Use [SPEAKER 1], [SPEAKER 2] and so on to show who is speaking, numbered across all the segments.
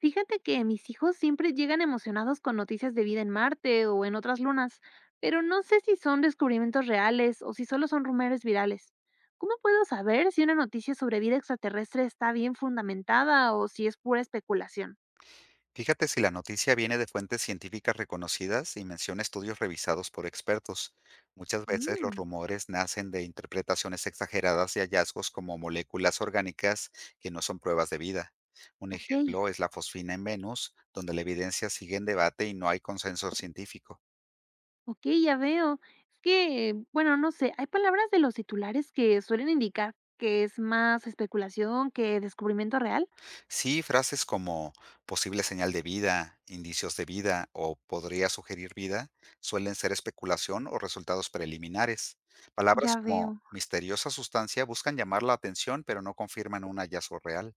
[SPEAKER 1] Fíjate que mis hijos siempre llegan emocionados con noticias de vida en Marte o en otras lunas, pero no sé si son descubrimientos reales o si solo son rumores virales. ¿Cómo puedo saber si una noticia sobre vida extraterrestre está bien fundamentada o si es pura especulación?
[SPEAKER 2] Fíjate si la noticia viene de fuentes científicas reconocidas y menciona estudios revisados por expertos. Muchas veces los
[SPEAKER 1] Mm,
[SPEAKER 2] rumores nacen de interpretaciones exageradas y hallazgos como moléculas orgánicas que no son pruebas de vida. Un
[SPEAKER 1] ok,
[SPEAKER 2] ejemplo es la fosfina en Venus, donde la evidencia sigue en debate y no hay consenso científico.
[SPEAKER 1] ok, ya veo. Es que, bueno, no sé, hay palabras de los titulares que suelen indicar que es más especulación que descubrimiento real.
[SPEAKER 2] Sí, frases como posible señal de vida, indicios de vida o podría sugerir vida suelen ser especulación o resultados preliminares. Palabras
[SPEAKER 1] Ya
[SPEAKER 2] como
[SPEAKER 1] veo.
[SPEAKER 2] misteriosa sustancia buscan llamar la atención pero no confirman un hallazgo real.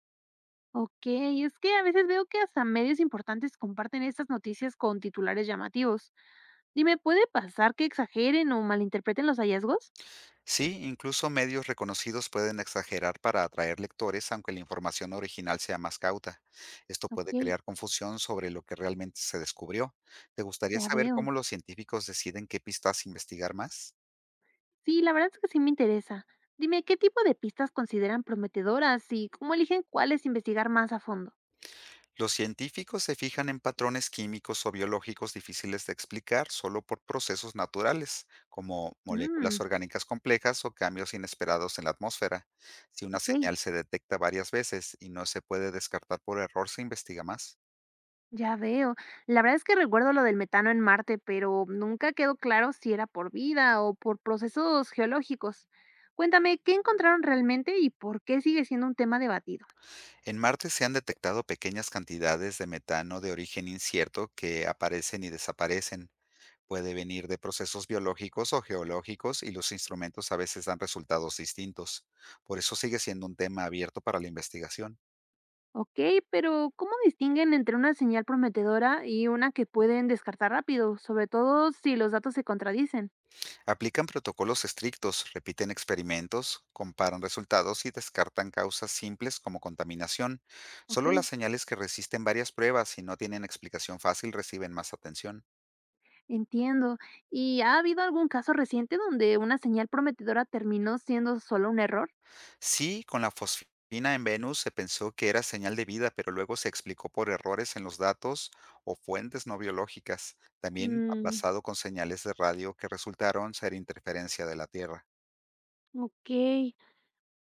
[SPEAKER 1] Okey, es que a veces veo que hasta medios importantes comparten estas noticias con titulares llamativos. Dime, ¿puede pasar que exageren o malinterpreten los hallazgos?
[SPEAKER 2] Sí, incluso medios reconocidos pueden exagerar para atraer lectores aunque la información original sea más cauta. Esto puede
[SPEAKER 1] Okey,
[SPEAKER 2] crear confusión sobre lo que realmente se descubrió. ¿Te gustaría
[SPEAKER 1] ya
[SPEAKER 2] saber
[SPEAKER 1] veo.
[SPEAKER 2] cómo los científicos deciden qué pistas investigar más?
[SPEAKER 1] Sí, la verdad es que sí me interesa. Dime, ¿qué tipo de pistas consideran prometedoras y cómo eligen cuáles investigar más a fondo?
[SPEAKER 2] Los científicos se fijan en patrones químicos o biológicos difíciles de explicar solo por procesos naturales, como moléculas
[SPEAKER 1] Mm,
[SPEAKER 2] orgánicas complejas o cambios inesperados en la atmósfera. Si una
[SPEAKER 1] okey.
[SPEAKER 2] señal se detecta varias veces y no se puede descartar por error, se investiga más.
[SPEAKER 1] Ya veo. La verdad es que recuerdo lo del metano en Marte, pero nunca quedó claro si era por vida o por procesos geológicos. Cuéntame, ¿qué encontraron realmente y por qué sigue siendo un tema debatido?
[SPEAKER 2] En Marte se han detectado pequeñas cantidades de metano de origen incierto que aparecen y desaparecen. Puede venir de procesos biológicos o geológicos y los instrumentos a veces dan resultados distintos. Por eso sigue siendo un tema abierto para la investigación.
[SPEAKER 1] Ok, pero ¿cómo distinguen entre una señal prometedora y una que pueden descartar rápido, sobre todo si los datos se contradicen?
[SPEAKER 2] Aplican protocolos estrictos, repiten experimentos, comparan resultados y descartan causas simples como contaminación.
[SPEAKER 1] Ok,
[SPEAKER 2] Solo las señales que resisten varias pruebas y no tienen explicación fácil reciben más atención.
[SPEAKER 1] entiendo. ¿Y ha habido algún caso reciente donde una señal prometedora terminó siendo solo un error?
[SPEAKER 2] Sí, con la fosfina en Venus se pensó que era señal de vida, pero luego se explicó por errores en los datos o fuentes no biológicas. También ha
[SPEAKER 1] Mm,
[SPEAKER 2] pasado con señales de radio que resultaron ser interferencia de la Tierra.
[SPEAKER 1] ok.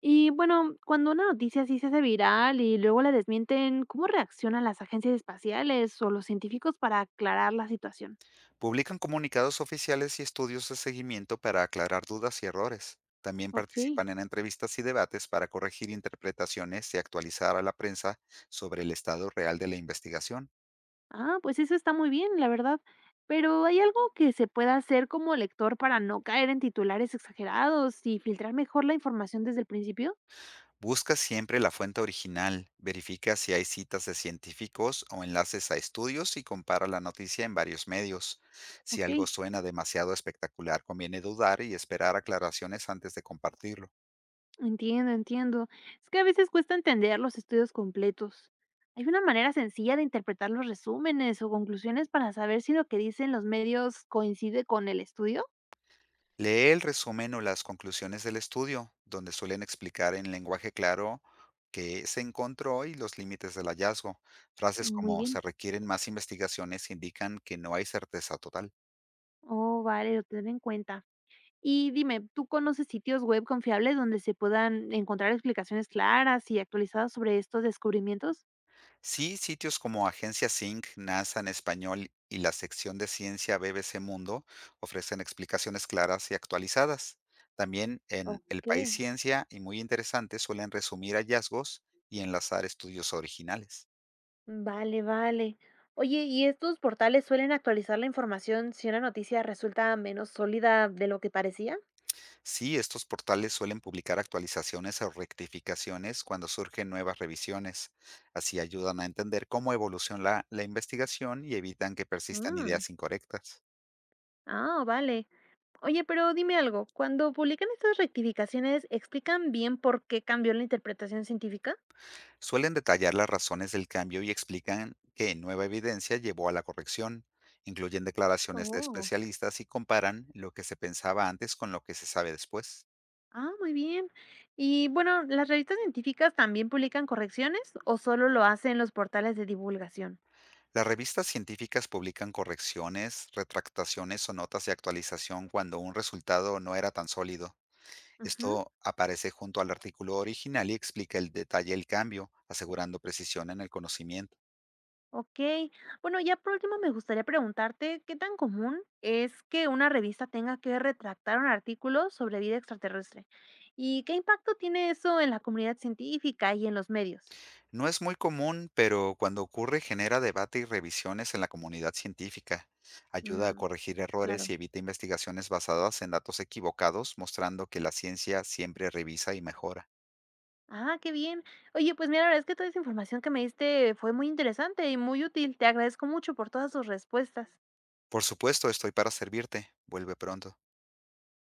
[SPEAKER 1] Y bueno, cuando una noticia así se hace viral y luego la desmienten, ¿cómo reaccionan las agencias espaciales o los científicos para aclarar la situación?
[SPEAKER 2] Publican comunicados oficiales y estudios de seguimiento para aclarar dudas y errores. También
[SPEAKER 1] Ok.
[SPEAKER 2] participan en entrevistas y debates para corregir interpretaciones y actualizar a la prensa sobre el estado real de la investigación.
[SPEAKER 1] Ah, pues eso está muy bien, la verdad. Pero ¿hay algo que se pueda hacer como lector para no caer en titulares exagerados y filtrar mejor la información desde el principio?
[SPEAKER 2] Busca siempre la fuente original, verifica si hay citas de científicos o enlaces a estudios y compara la noticia en varios medios. Si
[SPEAKER 1] Ok.
[SPEAKER 2] algo suena demasiado espectacular, conviene dudar y esperar aclaraciones antes de compartirlo.
[SPEAKER 1] Entiendo, entiendo. Es que a veces cuesta entender los estudios completos. ¿Hay una manera sencilla de interpretar los resúmenes o conclusiones para saber si lo que dicen los medios coincide con el estudio?
[SPEAKER 2] Lee el resumen o las conclusiones del estudio, donde suelen explicar en lenguaje claro qué se encontró y los límites del hallazgo. Frases
[SPEAKER 1] Muy
[SPEAKER 2] como
[SPEAKER 1] bien.
[SPEAKER 2] se requieren más investigaciones indican que no hay certeza total.
[SPEAKER 1] Oh, vale, lo tendré en cuenta. Y dime, ¿tú conoces sitios web confiables donde se puedan encontrar explicaciones claras y actualizadas sobre estos descubrimientos?
[SPEAKER 2] Sí, sitios como Agencia Sync, NASA en español y la sección de ciencia BBC Mundo ofrecen explicaciones claras y actualizadas. También en El
[SPEAKER 1] Ok.
[SPEAKER 2] País Ciencia y muy interesante suelen resumir hallazgos y enlazar estudios originales.
[SPEAKER 1] Vale, vale. Oye, ¿y estos portales suelen actualizar la información si una noticia resulta menos sólida de lo que parecía?
[SPEAKER 2] Sí, estos portales suelen publicar actualizaciones o rectificaciones cuando surgen nuevas revisiones. Así ayudan a entender cómo evoluciona la investigación y evitan que persistan
[SPEAKER 1] Mm,
[SPEAKER 2] ideas incorrectas.
[SPEAKER 1] ah, vale. Oye, pero dime algo, cuando publican estas rectificaciones, ¿explican bien por qué cambió la interpretación científica?
[SPEAKER 2] Suelen detallar las razones del cambio y explican que nueva evidencia llevó a la corrección. Incluyen declaraciones de
[SPEAKER 1] Oh,
[SPEAKER 2] especialistas y comparan lo que se pensaba antes con lo que se sabe después.
[SPEAKER 1] ah, muy bien. Y bueno, ¿las revistas científicas también publican correcciones o solo lo hacen los portales de divulgación?
[SPEAKER 2] Las revistas científicas publican correcciones, retractaciones o notas de actualización cuando un resultado no era tan sólido.
[SPEAKER 1] Ujú.
[SPEAKER 2] Esto aparece junto al artículo original y explica el detalle del cambio, asegurando precisión en el conocimiento.
[SPEAKER 1] Okey. Bueno, ya por último me gustaría preguntarte, ¿qué tan común es que una revista tenga que retractar un artículo sobre vida extraterrestre? ¿Y qué impacto tiene eso en la comunidad científica y en los medios?
[SPEAKER 2] No es muy común, pero cuando ocurre genera debate y revisiones en la comunidad científica. Ayuda a
[SPEAKER 1] Mm,
[SPEAKER 2] corregir errores
[SPEAKER 1] claro.
[SPEAKER 2] y evita investigaciones basadas en datos equivocados, mostrando que la ciencia siempre revisa y mejora.
[SPEAKER 1] Ah, qué bien. Oye, pues mira, la verdad es que toda esa información que me diste fue muy interesante y muy útil. Te agradezco mucho por todas tus respuestas.
[SPEAKER 2] Por supuesto, estoy para servirte. Vuelve pronto.